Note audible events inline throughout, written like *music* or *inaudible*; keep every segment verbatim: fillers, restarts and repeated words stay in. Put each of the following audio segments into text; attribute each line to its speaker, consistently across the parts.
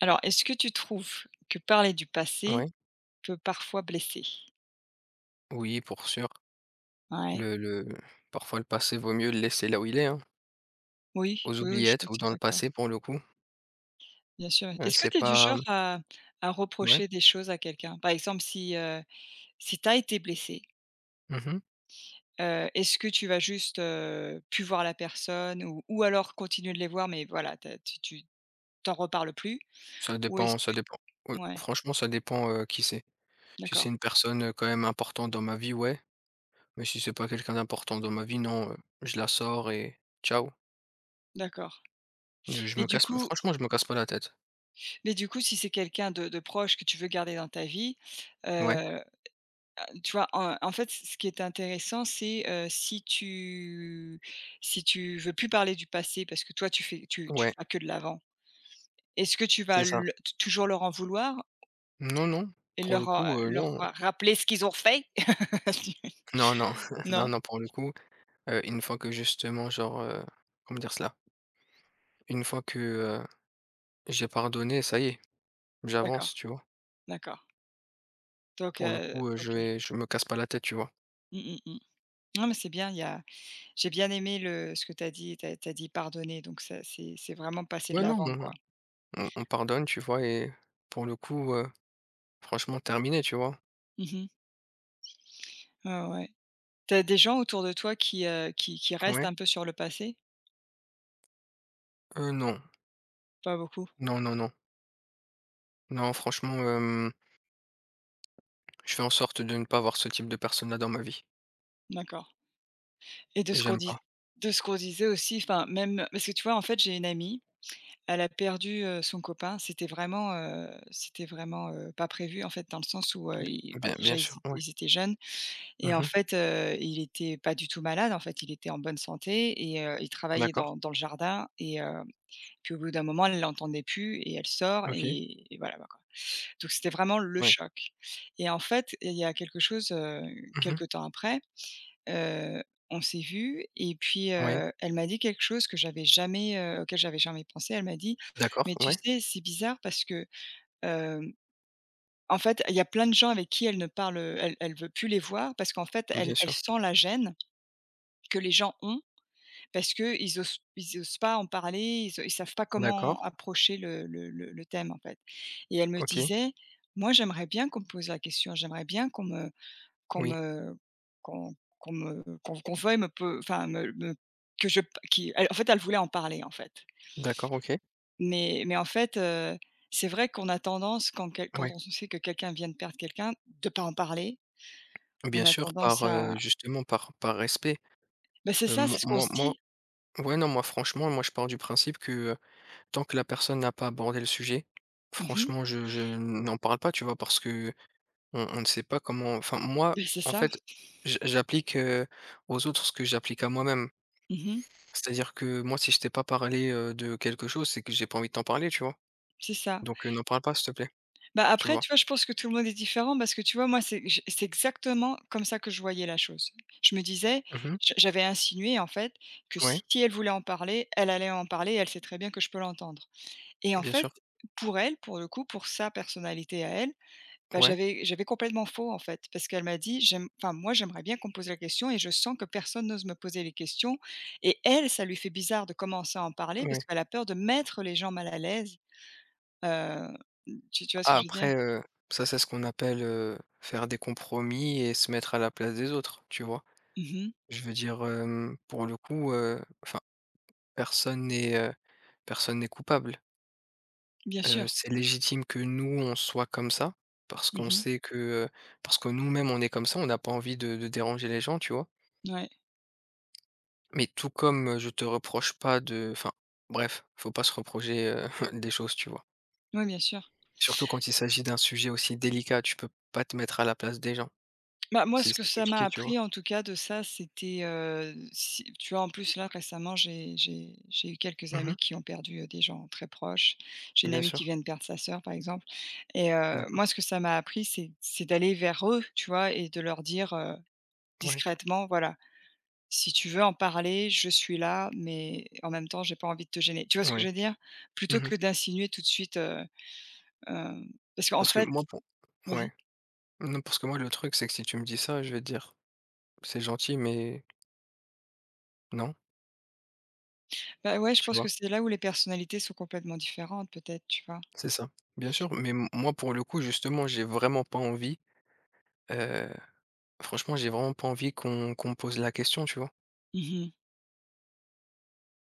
Speaker 1: Alors, est-ce que tu trouves que parler du passé
Speaker 2: Ouais,
Speaker 1: peut parfois blesser?
Speaker 2: oui, pour sûr.
Speaker 1: Ouais.
Speaker 2: Le le parfois, le passé vaut mieux le laisser là où il est, hein,
Speaker 1: Oui,
Speaker 2: aux
Speaker 1: oui, oui, je suis
Speaker 2: oubliettes ou
Speaker 1: assez
Speaker 2: dans le
Speaker 1: d'accord.
Speaker 2: passé pour le coup.
Speaker 1: Bien sûr.
Speaker 2: Heu,
Speaker 1: Est-ce que
Speaker 2: c'est
Speaker 1: tu es du
Speaker 2: pas
Speaker 1: genre à à
Speaker 2: ouais,
Speaker 1: reprocher des choses à quelqu'un? Par exemple, si, heu, si tu as été blessé,
Speaker 2: mmh.
Speaker 1: heu, est-ce que tu vas juste, heu, plus voir la personne ou ou alors continuer de les voir, mais voilà, tu tu tu t'en reparles plus?
Speaker 2: Ça
Speaker 1: Ou est-ce
Speaker 2: dépend ça
Speaker 1: que
Speaker 2: dépend. Heu,
Speaker 1: ouais,
Speaker 2: franchement, ça dépend, heu, qui c'est. Si c'est
Speaker 1: d'accord,
Speaker 2: une personne, heu, quand même importante dans ma vie, ouais, mais si c'est pas quelqu'un d'important dans ma vie, non, heu, je la sors et ciao.
Speaker 1: d'accord.
Speaker 2: Heu, je
Speaker 1: Mais
Speaker 2: me
Speaker 1: du
Speaker 2: casse
Speaker 1: coup
Speaker 2: franchement, je me casse pas la tête.
Speaker 1: mais du coup, si c'est quelqu'un de de proche que tu veux garder dans ta vie.
Speaker 2: Ouais,
Speaker 1: euh, Tu vois, en en fait, ce qui est intéressant, c'est, heu, si tu si tu veux plus parler du passé parce que toi tu fais tu tu
Speaker 2: ouais,
Speaker 1: vas que de l'avant. Est-ce que tu vas
Speaker 2: c'est ça.
Speaker 1: le t toujours leur en vouloir
Speaker 2: Non, non,
Speaker 1: et
Speaker 2: pour le
Speaker 1: leur, heu,
Speaker 2: coup, heu,
Speaker 1: leur
Speaker 2: non.
Speaker 1: ra rappeler ce qu'ils ont fait?
Speaker 2: Non, non,
Speaker 1: *laughs*
Speaker 2: *laughs* non,
Speaker 1: Non?
Speaker 2: non, pour le coup, heu, une fois que justement genre, heu, comment dire cela? Une fois que, heu, j'ai pardonné, ça y est, j'avance,
Speaker 1: D'accord,
Speaker 2: tu vois?
Speaker 1: d'accord. Donc,
Speaker 2: Pour le
Speaker 1: heu,
Speaker 2: coup, heu,
Speaker 1: OK.
Speaker 2: je vais je me casse pas la tête, tu vois?
Speaker 1: Mmh, mmh, mmh. Non, mais c'est bien, il y a j'ai bien aimé le ce que tu as dit, tu as dit pardonner, donc ça c'est c'est vraiment passer de
Speaker 2: Ouais, non,
Speaker 1: l'avant,
Speaker 2: on
Speaker 1: quoi.
Speaker 2: on on pardonne, tu vois? Et pour le coup, heu, franchement terminé, tu vois?
Speaker 1: Mmh mh. Ouais, ouais. Tu as des gens autour de toi qui, heu, qui qui restent
Speaker 2: Ouais.
Speaker 1: un peu sur le passé?
Speaker 2: Heu, non.
Speaker 1: Pas beaucoup?
Speaker 2: Non, non, non. Non, franchement, hem, je fais en sorte de ne pas avoir ce type de personne-là dans ma vie.
Speaker 1: D'accord. Et de ce qu'on
Speaker 2: J'aime
Speaker 1: dis
Speaker 2: pas.
Speaker 1: de ce qu'on disait aussi, enfin même, parce que tu vois, en fait, j'ai une amie, elle a perdu, heu, son copain. C'était vraiment, heu, c'était vraiment, heu, pas prévu, en fait, dans le sens où,
Speaker 2: B
Speaker 1: heu, i bah,
Speaker 2: bien
Speaker 1: déjà
Speaker 2: Bien
Speaker 1: ils
Speaker 2: sûr,
Speaker 1: é
Speaker 2: ouais.
Speaker 1: ils étaient jeunes et en
Speaker 2: Mmh.
Speaker 1: fait, heu, il était pas du tout malade, en fait, il était en bonne santé, et heu, il travaillait
Speaker 2: D'accord.
Speaker 1: dans dans le jardin, et heu, puis au bout d'un moment, elle l'entendait plus et elle sort,
Speaker 2: OK.
Speaker 1: et et voilà, bah, quoi. Donc c'était vraiment le
Speaker 2: Ouais.
Speaker 1: choc. Et en fait, il y a quelque chose, heu,
Speaker 2: Mmh.
Speaker 1: quelque temps après. Heu, on s'est vu, et puis,
Speaker 2: Oui.
Speaker 1: heu, elle m'a dit quelque chose que j'avais jamais, heu, auquel j'avais jamais pensé. Elle m'a dit: «Mais
Speaker 2: D'accord,
Speaker 1: tu
Speaker 2: ouais,
Speaker 1: sais, c'est bizarre parce que, hem, en fait, il y a plein de gens avec qui elle ne parle, elle elle veut plus les voir parce qu'en fait, elle
Speaker 2: bien
Speaker 1: elle
Speaker 2: sûr.
Speaker 1: sent la gêne que les gens ont parce qu'ils osent ils osent pas en parler, ils o ils savent pas comment
Speaker 2: D'accord.
Speaker 1: approcher le le le le thème, en fait.» Et elle me
Speaker 2: OK.
Speaker 1: disait: «Moi, j'aimerais bien qu'on me pose la question, j'aimerais bien qu'on me qu'on
Speaker 2: Oui.
Speaker 1: me qu'on qu'on me qu'on qu'on veuille me pe enfin me me que je p qui elle en fait, elle voulait en parler, en fait.»
Speaker 2: D'accord, OK.
Speaker 1: Mais mais en fait, heu, c'est vrai qu'on a tendance quand quel quand
Speaker 2: Ouais.
Speaker 1: on sait que quelqu'un vient de perdre quelqu'un, de pas en parler. On
Speaker 2: Bien
Speaker 1: a
Speaker 2: sûr, par,
Speaker 1: tendance
Speaker 2: heu,
Speaker 1: à.
Speaker 2: justement, par par respect.
Speaker 1: Bah, c'est
Speaker 2: Heu,
Speaker 1: ça,
Speaker 2: moi
Speaker 1: c'est ce qu'on
Speaker 2: moi
Speaker 1: se
Speaker 2: moi
Speaker 1: dit.
Speaker 2: ouais, non, moi, franchement, moi, je pars du principe que, heu, tant que la personne n'a pas abordé le sujet,
Speaker 1: Mmh mh.
Speaker 2: franchement, je je n'en parle pas, tu vois? Parce que on on ne sait pas comment enfin, moi,
Speaker 1: Beh, c'est
Speaker 2: en
Speaker 1: ça.
Speaker 2: fait, j'a j'applique, heu, aux autres ce que j'applique à moi-même.
Speaker 1: Mmh mh.
Speaker 2: C'est-à-dire que moi, si je t'ai pas parlé, heu, de quelque chose, c'est que j'ai pas envie de t'en parler, tu vois?
Speaker 1: C'est ça.
Speaker 2: Donc, heu, n'en parle pas, s'il te plaît,
Speaker 1: Bah,
Speaker 2: tu
Speaker 1: après,
Speaker 2: vois?
Speaker 1: tu vois, je pense que tout le monde est différent, parce que, tu vois, moi, c'est j c'est exactement comme ça que je voyais la chose. Je me disais,
Speaker 2: Mmh.
Speaker 1: je j'avais insinué, en fait, que
Speaker 2: Ouais,
Speaker 1: si elle voulait en parler, elle allait en parler, et elle sait très bien que je peux l'entendre. Et en
Speaker 2: bien
Speaker 1: fait,
Speaker 2: sûr.
Speaker 1: pour elle, pour le coup, pour sa personnalité à elle, bah,
Speaker 2: Ouais,
Speaker 1: j'avais j'avais complètement faux, en fait, parce qu'elle m'a dit: «J'aime enfin, moi, j'aimerais bien qu'on me pose la question, et je sens que personne n'ose me poser les questions.» Et elle, ça lui fait bizarre de commencer à en parler, parce
Speaker 2: ouais.
Speaker 1: qu'elle a peur de mettre les gens mal à l'aise, heu, tu tu vois ce que
Speaker 2: Ah,
Speaker 1: je veux dire?
Speaker 2: après, heu, ça, c'est ce qu'on appelle, heu, faire des compromis et se mettre à la place des autres, tu vois?
Speaker 1: Mmh.
Speaker 2: Je veux dire, hem, pour le coup, heu, enfin, personne n'est, heu, personne n'est coupable.
Speaker 1: Bien sûr.
Speaker 2: Heu, c'est légitime que nous, on soit comme ça, parce qu'on
Speaker 1: Mmh.
Speaker 2: sait que, heu, parce que nous-mêmes, on est comme ça, on n'a pas envie de de déranger les gens, tu vois?
Speaker 1: Ouais.
Speaker 2: Mais tout comme, heu, je te reproche pas de enfin, bref, faut pas se reprocher, heu, *laughs* des choses, tu vois?
Speaker 1: Ouais, bien sûr.
Speaker 2: Surtout quand il s'agit d'un sujet aussi délicat, tu peux pas te mettre à la place des gens.
Speaker 1: Bah, moi,
Speaker 2: C'est
Speaker 1: ce que
Speaker 2: c'est
Speaker 1: ça m'a
Speaker 2: compliqué, tu vois?
Speaker 1: appris, en tout cas, de ça, c'était, heu, si tu vois, en plus, là, récemment, j'ai j'ai j'ai eu quelques amis
Speaker 2: Mmh.
Speaker 1: qui ont perdu, heu, des gens très proches. J'ai une
Speaker 2: Bien
Speaker 1: amie qui
Speaker 2: sûr.
Speaker 1: vient de perdre sa sœur, par exemple. Et heu,
Speaker 2: D'accord.
Speaker 1: moi, ce que ça m'a appris, c'est c'est d'aller vers eux, tu vois? Et de leur dire, heu,
Speaker 2: Ouais.
Speaker 1: discrètement: «Voilà, si tu veux en parler, je suis là, mais en même temps, j'ai pas envie de te gêner.» Tu vois ce que je
Speaker 2: Ouais.
Speaker 1: veux dire? Plutôt
Speaker 2: Mmh.
Speaker 1: que d'insinuer tout de suite, heu, hem, parce qu'en
Speaker 2: Parce que
Speaker 1: fait
Speaker 2: moi, pour
Speaker 1: vas-y?
Speaker 2: ouais. Non, parce que moi, le truc, c'est que si tu me dis ça, je vais te dire: «C'est gentil, mais non»,
Speaker 1: Bah, ouais, je
Speaker 2: tu
Speaker 1: pense
Speaker 2: vois?
Speaker 1: que c'est là où les personnalités sont complètement différentes peut-être, tu vois?
Speaker 2: C'est ça. Bien sûr, mais m moi, pour le coup, justement, j'ai vraiment pas envie, heu, franchement, j'ai vraiment pas envie qu'on qu'on me pose la question, tu vois?
Speaker 1: Mmh.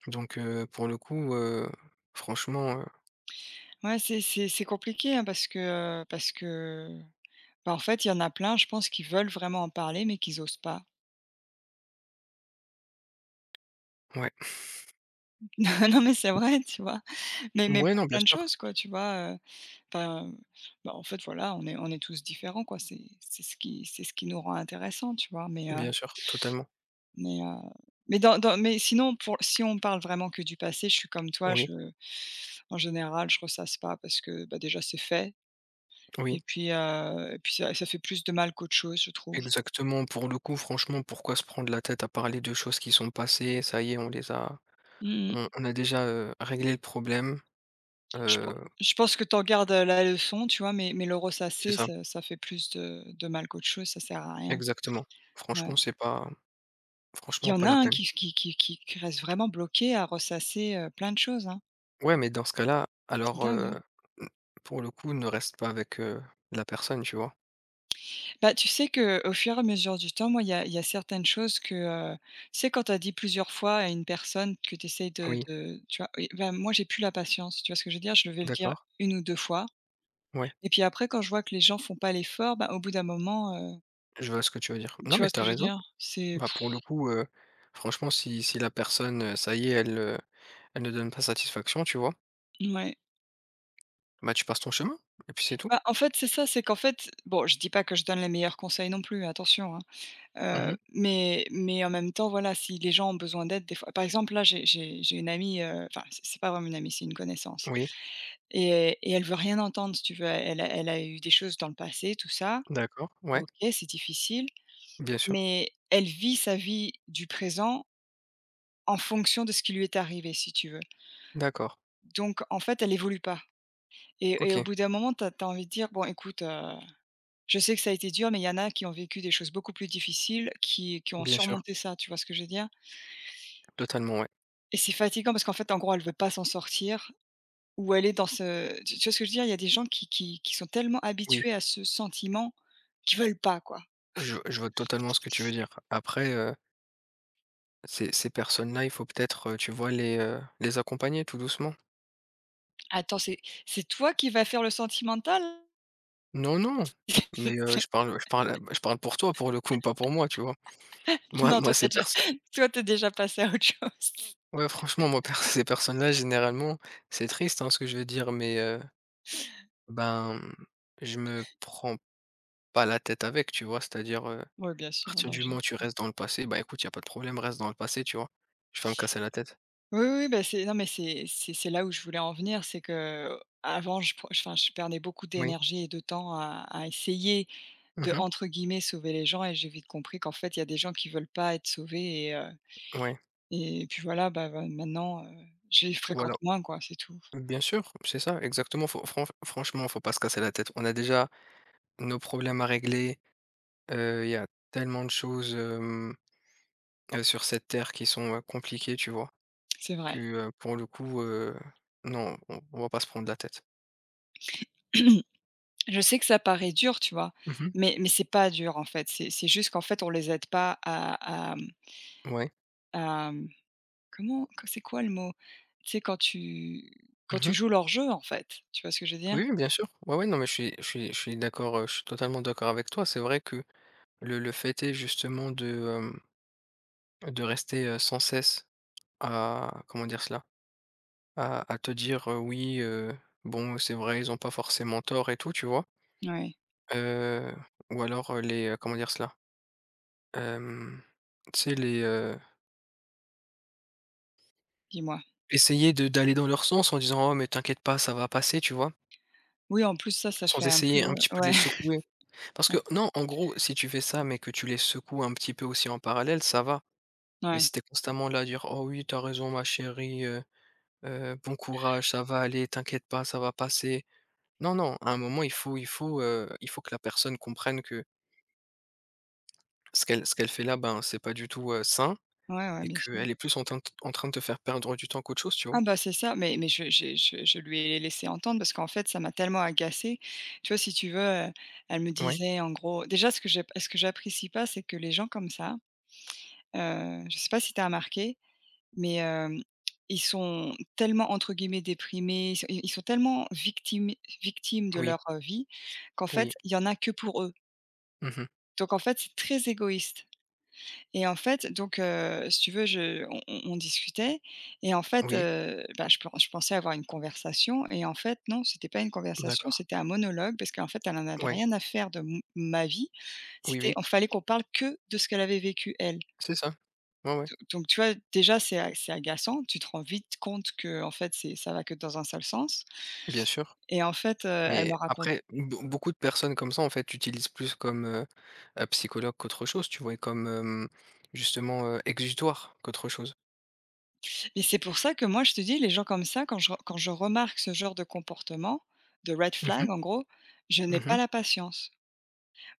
Speaker 2: Donc heu, pour le coup, heu, franchement, heu,
Speaker 1: Ouais, c'est c'est c'est compliqué, hein, parce que, parce que, bah, en fait, il y en a plein, je pense, qui veulent vraiment en parler, mais qu'ils osent pas.
Speaker 2: ouais.
Speaker 1: *laughs* Non, mais c'est vrai, tu vois? Mais mais
Speaker 2: Ouais,
Speaker 1: pour
Speaker 2: non, bien
Speaker 1: plein de
Speaker 2: sûr,
Speaker 1: choses, quoi, tu vois? Heu, enfin, bah, en fait, voilà, on est on est tous différents, quoi. C'est c'est ce qui c'est ce qui nous rend intéressants, tu vois? Mais, heu,
Speaker 2: bien sûr, totalement.
Speaker 1: mais, heu, mais dans dans mais sinon, pour si on parle vraiment que du passé, je suis comme toi.
Speaker 2: Oui,
Speaker 1: Je En général, je ressasse pas parce que, bah, déjà, c'est fait.
Speaker 2: oui,
Speaker 1: Et puis, heu et puis ça ça fait plus de mal qu'autre chose, je trouve.
Speaker 2: exactement. Pour le coup, franchement, pourquoi se prendre la tête à parler de choses qui sont passées? Ça y est, on les a
Speaker 1: Mmh.
Speaker 2: on on a déjà, heu, réglé le problème,
Speaker 1: Je pen
Speaker 2: heu,
Speaker 1: je pense que tu en gardes la leçon, tu vois? Mais mais le
Speaker 2: c'est
Speaker 1: ressasser,
Speaker 2: ça.
Speaker 1: ça ça fait plus de de mal qu'autre chose, ça sert à rien.
Speaker 2: Exactement.
Speaker 1: Ouais.
Speaker 2: Franchement, c'est pas
Speaker 1: Il y
Speaker 2: franchement
Speaker 1: en
Speaker 2: pas
Speaker 1: a
Speaker 2: la
Speaker 1: un
Speaker 2: peine.
Speaker 1: qui qui qui qui qui restent vraiment bloqué à ressasser, heu, plein de choses, hein.
Speaker 2: Ouais, mais dans ce cas-là,
Speaker 1: C'est
Speaker 2: alors,
Speaker 1: dingue,
Speaker 2: heu,
Speaker 1: hein.
Speaker 2: n pour le coup, ne reste pas avec, heu, la personne, tu vois?
Speaker 1: Bah, tu sais que au fur et à mesure du temps, moi, il y a il y a certaines choses que, heu, tu sais, quand tu as dit plusieurs fois à une personne que tu essaies de
Speaker 2: Oui,
Speaker 1: de tu vois? Et bah, moi, j'ai plus la patience, tu vois ce que je veux dire? Je vais le dire
Speaker 2: d'accord,
Speaker 1: une ou deux fois.
Speaker 2: ouais,
Speaker 1: Et puis après, quand je vois que les gens font pas l'effort, bah, au bout d'un moment, heu,
Speaker 2: je vois ce que tu veux dire. Non,
Speaker 1: tu vois
Speaker 2: mais
Speaker 1: ce que
Speaker 2: t'as
Speaker 1: je veux
Speaker 2: raison.
Speaker 1: dire? C'est
Speaker 2: Bah,
Speaker 1: pff.
Speaker 2: pour le coup, heu, franchement, si si la personne, heu, ça y est, elle, heu, elle ne donne pas satisfaction, tu vois?
Speaker 1: Ouais.
Speaker 2: Bah, tu passes ton chemin et puis c'est tout.
Speaker 1: Bah, en fait, c'est ça, c'est qu'en fait bon, je dis pas que je donne les meilleurs conseils non plus, attention, hein, heu,
Speaker 2: Mmh.
Speaker 1: mais mais en même temps, voilà, si les gens ont besoin d'aide, des fois, par exemple, là, j'ai j'ai j'ai une amie, heu, enfin, c'est c'est pas vraiment une amie, c'est une connaissance,
Speaker 2: Oui,
Speaker 1: et et elle veut rien entendre, si tu veux. Elle a elle a eu des choses dans le passé, tout ça.
Speaker 2: d'accord, ouais,
Speaker 1: OK, c'est difficile,
Speaker 2: bien sûr.
Speaker 1: mais elle vit sa vie du présent en fonction de ce qui lui est arrivé, si tu veux.
Speaker 2: D'accord,
Speaker 1: Donc en fait, elle évolue pas, et et
Speaker 2: OK,
Speaker 1: au bout d'un moment, tu as envie de dire: «Bon écoute, heu, je sais que ça a été dur, mais il y en a qui ont vécu des choses beaucoup plus difficiles, qui qui ont
Speaker 2: bien sûr,
Speaker 1: surmonté ça», tu vois ce que je veux dire?
Speaker 2: totalement, ouais.
Speaker 1: Et c'est fatigant parce qu'en fait, en gros, elle veut pas s'en sortir, ou elle est dans ce tu tu vois ce que je veux dire? Il y a des gens qui qui qui sont tellement
Speaker 2: Oui,
Speaker 1: habitués à ce sentiment qu'ils veulent pas, quoi.
Speaker 2: je je vois totalement ce que tu veux dire. Après, heu. Ces ces personnes-là, il faut peut-être, heu, tu vois, les, heu, les accompagner tout doucement.
Speaker 1: Attends, c'est c'est toi qui vas faire le sentimental?
Speaker 2: Non, non, mais, heu,
Speaker 1: *laughs*
Speaker 2: je parle je parle je parle pour toi pour le coup, pas pour moi, tu vois? Moi
Speaker 1: Non,
Speaker 2: moi
Speaker 1: toi tu
Speaker 2: ces
Speaker 1: déjà
Speaker 2: personnes.
Speaker 1: toi tu es déjà passé à autre chose.
Speaker 2: Ouais, franchement moi per *laughs* ces personnes-là généralement, c'est triste, hein, ce que je veux dire, mais, heu, ben, je me prends pas la tête avec, tu vois? C'est-à-dire, heu, à
Speaker 1: Oui, bien sûr,
Speaker 2: partir
Speaker 1: non
Speaker 2: du
Speaker 1: je.
Speaker 2: moment où tu restes dans le passé, bah, écoute, y a pas de problème, reste dans le passé, tu vois? Je vais pas me casser la tête.
Speaker 1: Oui, oui, oui, bah, c'est non, mais c'est c'est c'est là où je voulais en venir, c'est qu'avant je pre enfin je perdais beaucoup
Speaker 2: Oui.
Speaker 1: d'énergie et de temps à à essayer de,
Speaker 2: Mhm.
Speaker 1: entre guillemets, «sauver les gens», et j'ai vite compris qu'en fait, il y a des gens qui veulent pas être sauvés, et heu
Speaker 2: Ouais,
Speaker 1: et puis voilà, bah, bah, maintenant, heu, je les fréquente
Speaker 2: voilà.
Speaker 1: moins, quoi, c'est tout.
Speaker 2: Bien sûr, c'est ça, exactement, faut fran franchement, faut pas se casser la tête. On a déjà nos problèmes à régler, heu, il y a tellement de choses, hem, heu, sur cette terre qui sont, heu, compliquées, tu vois?
Speaker 1: C'est vrai.
Speaker 2: Que, heu, pour le coup, heu, non, on on va pas se prendre la tête.
Speaker 1: *clears throat* Je sais que ça paraît dur, tu vois?
Speaker 2: Mmh.
Speaker 1: Mais mais c'est pas dur en fait, c'est c'est juste qu'en fait, on les aide pas à à, mmh,
Speaker 2: Ouais.
Speaker 1: à, mmh comment c'est quoi le mot? Tu sais, quand tu quand tu
Speaker 2: Mmh.
Speaker 1: joues leur jeu, en fait, tu vois ce que je veux dire?
Speaker 2: Oui, oui, bien sûr. Ouais, ouais, non, mais je suis je suis je suis d'accord, heu, je suis totalement d'accord avec toi. C'est vrai que le le fait est justement de, hem, de rester, heu, sans cesse à comment dire cela? À à te dire, heu: «Oui, heu, bon, c'est vrai, ils ont pas forcément tort et tout», tu vois?
Speaker 1: Ouais,
Speaker 2: Heu, ou alors, heu, les, heu, comment dire cela? Hem, Tu sais les, heu,
Speaker 1: dis-moi.
Speaker 2: essayer de d'aller dans leur sens en disant: «Oh mais t'inquiète pas, ça va passer», tu vois?
Speaker 1: Oui, en plus ça, ça
Speaker 2: Sans
Speaker 1: fait un peu
Speaker 2: essayer un petit peu de
Speaker 1: ouais,
Speaker 2: les secouer. Parce que
Speaker 1: ouais,
Speaker 2: non, en gros, si tu fais ça, mais que tu les secoues un petit peu aussi en parallèle, ça va.
Speaker 1: *laughs*
Speaker 2: Mais
Speaker 1: ouais,
Speaker 2: si tu constamment là à dire: «Oh oui, t'as raison ma chérie, heu heu, bon courage, ça va aller, t'inquiète pas, ça va passer». Non, non, à un moment, il faut il faut, heu, il faut que la personne comprenne que ce qu'elle ce qu'elle fait là, ben, c'est pas du tout, heu, sain
Speaker 1: ouais, ouais,
Speaker 2: et
Speaker 1: bien sûr.
Speaker 2: qu'elle est plus en train de en train de te faire perdre du temps qu'autre chose, tu
Speaker 1: Ah
Speaker 2: vois?
Speaker 1: bah, c'est ça, mais mais je j'ai je je lui ai laissé entendre parce qu'en fait, ça m'a tellement agacée. Tu vois, si tu veux, heu, elle me
Speaker 2: Ouais,
Speaker 1: disait en gros, déjà ce que j'ai ce que j'apprécie pas, c'est que les gens comme ça, heu, je sais pas si tu as remarqué, mais hem, ils sont tellement, entre guillemets, «déprimés», ils sont ils sont tellement victimes, victimes de
Speaker 2: oui,
Speaker 1: leur, heu, vie qu'en fait,
Speaker 2: oui.
Speaker 1: il y en a que pour eux.
Speaker 2: Mmh.
Speaker 1: Donc en fait, c'est très égoïste. Et en fait, donc, heu, si tu veux, je on on on discutait, et en fait,
Speaker 2: Oui,
Speaker 1: heu, bah, je pen je pensais avoir une conversation, et en fait, non, c'était pas une conversation,
Speaker 2: d'accord.
Speaker 1: c'était un monologue, parce qu'en fait, elle en avait
Speaker 2: Ouais.
Speaker 1: rien à faire de m ma vie.
Speaker 2: Oui,
Speaker 1: C'était
Speaker 2: oui,
Speaker 1: il fallait qu'on parle que de ce qu'elle avait vécu, elle.
Speaker 2: c'est ça. Ouais, ouais,
Speaker 1: Do donc tu vois, déjà, c'est a c'est agaçant. Tu te rends vite compte que, en fait, c'est ça va que dans un seul sens,
Speaker 2: bien sûr.
Speaker 1: et en fait, heu, elle me
Speaker 2: Mais
Speaker 1: raconte.
Speaker 2: après, beau beaucoup de personnes comme ça, en fait, utilisent plus comme, heu heu, psychologue qu'autre chose, tu vois? Et comme, hem, justement, heu, exutoire qu'autre chose.
Speaker 1: Et c'est pour ça que moi, je te dis, les gens comme ça, quand je re quand je remarque ce genre de comportement, de red
Speaker 2: Mmh
Speaker 1: flag
Speaker 2: mh.
Speaker 1: en gros, je n'ai pas
Speaker 2: Mmh.
Speaker 1: la patience.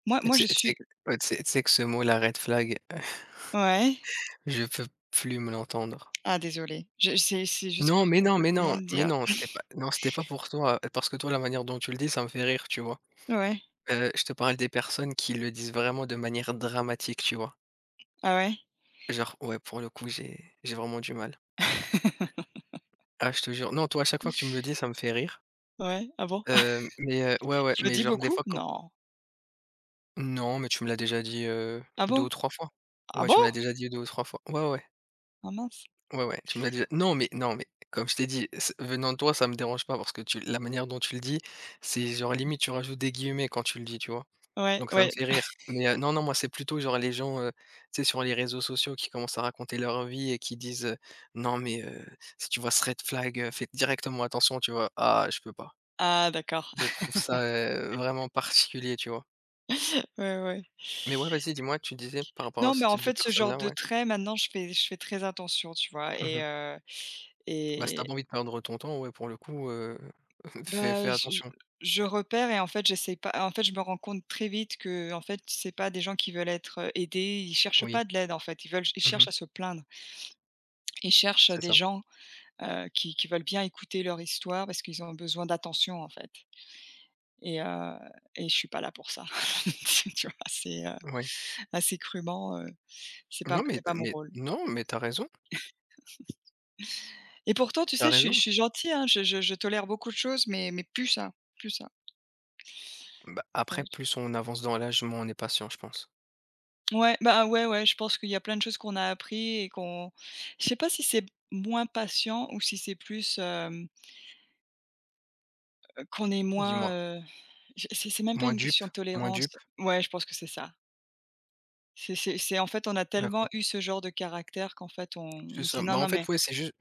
Speaker 1: Moi
Speaker 2: Et
Speaker 1: moi
Speaker 2: tu
Speaker 1: je
Speaker 2: sais tu sais
Speaker 1: suis
Speaker 2: ouais, tu sais tu sais que ce mot-là, red flag, *laughs*
Speaker 1: ouais.
Speaker 2: je peux plus me l'entendre.
Speaker 1: Ah désolée, je c'est c'est juste que
Speaker 2: Non,
Speaker 1: je
Speaker 2: mais
Speaker 1: savais
Speaker 2: non,
Speaker 1: pas
Speaker 2: mais
Speaker 1: comment
Speaker 2: non,
Speaker 1: le
Speaker 2: mais
Speaker 1: dire.
Speaker 2: non, c'était pas non, c'était pas pour toi, parce que toi, la manière dont tu le dis, ça me fait rire, tu vois?
Speaker 1: Ouais.
Speaker 2: Heu, je te parle des personnes qui le disent vraiment de manière dramatique, tu vois?
Speaker 1: Ah ouais?
Speaker 2: Genre ouais, pour le coup, j'ai j'ai vraiment du mal.
Speaker 1: *laughs*
Speaker 2: Ah, je te jure. Non, toi, à chaque fois que tu me le dis, ça me fait rire.
Speaker 1: Ouais. Ah bon? *laughs*
Speaker 2: Heu, mais heu, ouais, ouais,
Speaker 1: Je le
Speaker 2: mais
Speaker 1: dis
Speaker 2: genre des
Speaker 1: beaucoup?
Speaker 2: fois quand
Speaker 1: Non.
Speaker 2: non, mais tu me l'as déjà dit, heu,
Speaker 1: Ah
Speaker 2: deux
Speaker 1: bon?
Speaker 2: ou trois fois.
Speaker 1: Ah
Speaker 2: Ouais, tu me
Speaker 1: bon?
Speaker 2: l'as déjà dit deux ou trois fois. Ouais, ouais,
Speaker 1: Ah mince.
Speaker 2: ouais, ouais, tu me l'as déjà non, mais non, mais comme je t'ai dit, c venant de toi, ça me dérange pas parce que tu la manière dont tu le dis, c'est genre limite tu rajoutes des guillemets quand tu le dis, tu vois?
Speaker 1: Ouais,
Speaker 2: Donc ça me
Speaker 1: ouais.
Speaker 2: fait rire. Mais heu, non, non, moi, c'est plutôt genre les gens, heu, tu sais, sur les réseaux sociaux qui commencent à raconter leur vie et qui disent, heu: «Non mais heu, si tu vois ce red flag, heu, fais directement attention», tu vois? Ah, je peux pas.
Speaker 1: Ah d'accord.
Speaker 2: Je
Speaker 1: *laughs*
Speaker 2: trouve ça, heu, vraiment particulier, tu vois?
Speaker 1: Ouais, ouais.
Speaker 2: Mais ouais, vas-y, dis-moi, tu disais par rapport à
Speaker 1: Non mais
Speaker 2: ce
Speaker 1: en
Speaker 2: type de
Speaker 1: fait ce genre
Speaker 2: personnes-là,
Speaker 1: de
Speaker 2: ouais.
Speaker 1: trait maintenant je fais je fais très attention, tu vois?
Speaker 2: Mmh
Speaker 1: Et
Speaker 2: mh.
Speaker 1: heu
Speaker 2: Bah, si tu as
Speaker 1: et
Speaker 2: pas envie de perdre ton temps, ouais, pour le coup, heu, *laughs* fais
Speaker 1: bah,
Speaker 2: fais
Speaker 1: je je
Speaker 2: attention.
Speaker 1: je repère, et en fait j'essaie pas, en fait je me rends compte très vite que en fait c'est pas des gens qui veulent être, heu, aidés, ils cherchent
Speaker 2: Oui.
Speaker 1: pas de l'aide en fait, ils veulent ils
Speaker 2: Mmh
Speaker 1: cherchent
Speaker 2: mh.
Speaker 1: à se plaindre. Ils cherchent
Speaker 2: C'est
Speaker 1: des
Speaker 2: ça.
Speaker 1: gens, heu, qui qui veulent bien écouter leur histoire parce qu'ils ont besoin d'attention, en fait, et heu et je suis pas là pour ça. *laughs* Tu vois? C'est, heu,
Speaker 2: Ouais.
Speaker 1: assez crûment, heu, c'est pas
Speaker 2: Non mais
Speaker 1: c'est
Speaker 2: tu
Speaker 1: pas
Speaker 2: as
Speaker 1: mon
Speaker 2: mais
Speaker 1: rôle,
Speaker 2: Non, mais tu as raison,
Speaker 1: et pourtant, tu
Speaker 2: tu as
Speaker 1: sais, je suis je
Speaker 2: raison.
Speaker 1: suis gentille, hein, je je je tolère beaucoup de choses, mais mais plus ça, plus ça.
Speaker 2: Bah,
Speaker 1: Ça
Speaker 2: après,
Speaker 1: j
Speaker 2: plus on avance dans l'âge, moins on est patient, je pense.
Speaker 1: Ouais, bah, ouais, ouais, je pense qu'il y a plein de choses qu'on a appris et qu'on je sais pas si c'est moins patient ou si c'est plus, hem, qu'on est moins,
Speaker 2: Dis-moi.
Speaker 1: heu, je c'est c'est même pas
Speaker 2: Moins
Speaker 1: une
Speaker 2: dupe,
Speaker 1: question de
Speaker 2: moins
Speaker 1: tolérance.
Speaker 2: dupe,
Speaker 1: Ouais, je pense que c'est ça. C'est c'est c'est en fait, on a tellement
Speaker 2: d'accord.
Speaker 1: eu ce genre de caractère qu'en fait, on on
Speaker 2: C'est
Speaker 1: se
Speaker 2: ça.
Speaker 1: dit: «Non,
Speaker 2: Bah,
Speaker 1: non,
Speaker 2: en fait,
Speaker 1: mais»
Speaker 2: ouais, c'est juste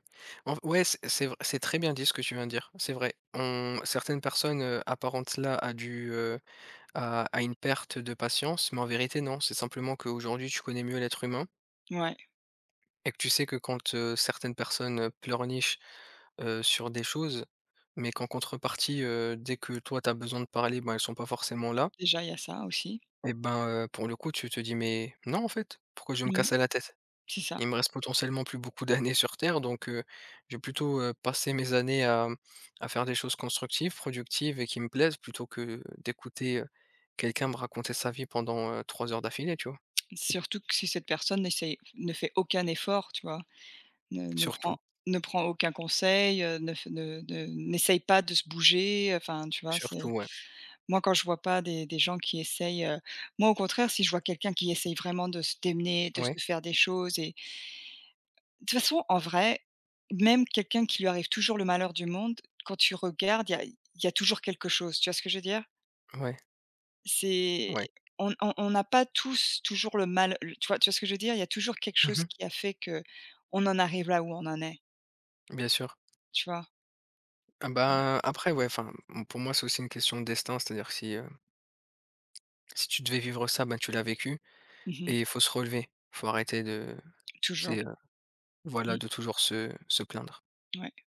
Speaker 2: en ouais, c'est c'est vrai, c'est très bien dit ce que tu viens de dire, c'est vrai. On certaines personnes, heu, apparentent cela à du, heu, à à une perte de patience, mais en vérité, non. C'est simplement qu'aujourd'hui, tu connais mieux l'être humain
Speaker 1: ouais,
Speaker 2: et que tu sais que quand, heu, certaines personnes, heu, pleurnichent, heu, sur des choses, mais qu'en contrepartie, heu, dès que toi, tu as besoin de parler, ben, elles sont pas forcément là
Speaker 1: déjà, il y a ça aussi.
Speaker 2: et ben, heu, pour le coup, tu te dis: «Mais non, en fait, pourquoi je vais me
Speaker 1: Mmh,
Speaker 2: casser la tête?»
Speaker 1: c'est ça.
Speaker 2: Il me reste potentiellement plus beaucoup d'années sur terre, donc heu, je vais plutôt, heu, passer mes années à, mmh, à faire des choses constructives, productives et qui me plaisent plutôt que d'écouter, heu, quelqu'un me raconter sa vie pendant, heu, trois heures d'affilée, tu vois?
Speaker 1: Surtout que si cette personne n'essaye ne fait aucun effort, tu vois? Ne ne
Speaker 2: Surtout,
Speaker 1: prend ne prend aucun conseil, heu, ne f ne ne n'essaye pas de se bouger, enfin, tu vois? C'est
Speaker 2: surtout, ouais.
Speaker 1: moi, quand je vois pas des des gens qui essayent, heu moi, au contraire, si je vois quelqu'un qui essaye vraiment de se démener, de se
Speaker 2: Ouais,
Speaker 1: faire des choses, et de toute façon, en vrai, même quelqu'un qui lui arrive toujours le malheur du monde, quand tu regardes, il y a il y a toujours quelque chose, tu vois ce que je veux dire?
Speaker 2: ouais,
Speaker 1: C'est
Speaker 2: ouais.
Speaker 1: on on on n'a pas tous toujours le mal. Le tu vois tu vois ce que je veux dire? Il y a toujours quelque chose
Speaker 2: Mmh.
Speaker 1: qui a fait que on en arrive là où on en est,
Speaker 2: Bien sûr.
Speaker 1: tu vois?
Speaker 2: Ah
Speaker 1: Hem,
Speaker 2: bah, après ouais, enfin, mmh, pour moi, c'est aussi une question de destin, c'est-à-dire que si, heu, si tu devais vivre ça, ben, tu l'as vécu
Speaker 1: mmh
Speaker 2: et il faut se relever. Faut arrêter de
Speaker 1: toujours.
Speaker 2: c'est, heu, Voilà,
Speaker 1: Mmh,
Speaker 2: de toujours se se plaindre.
Speaker 1: ouais.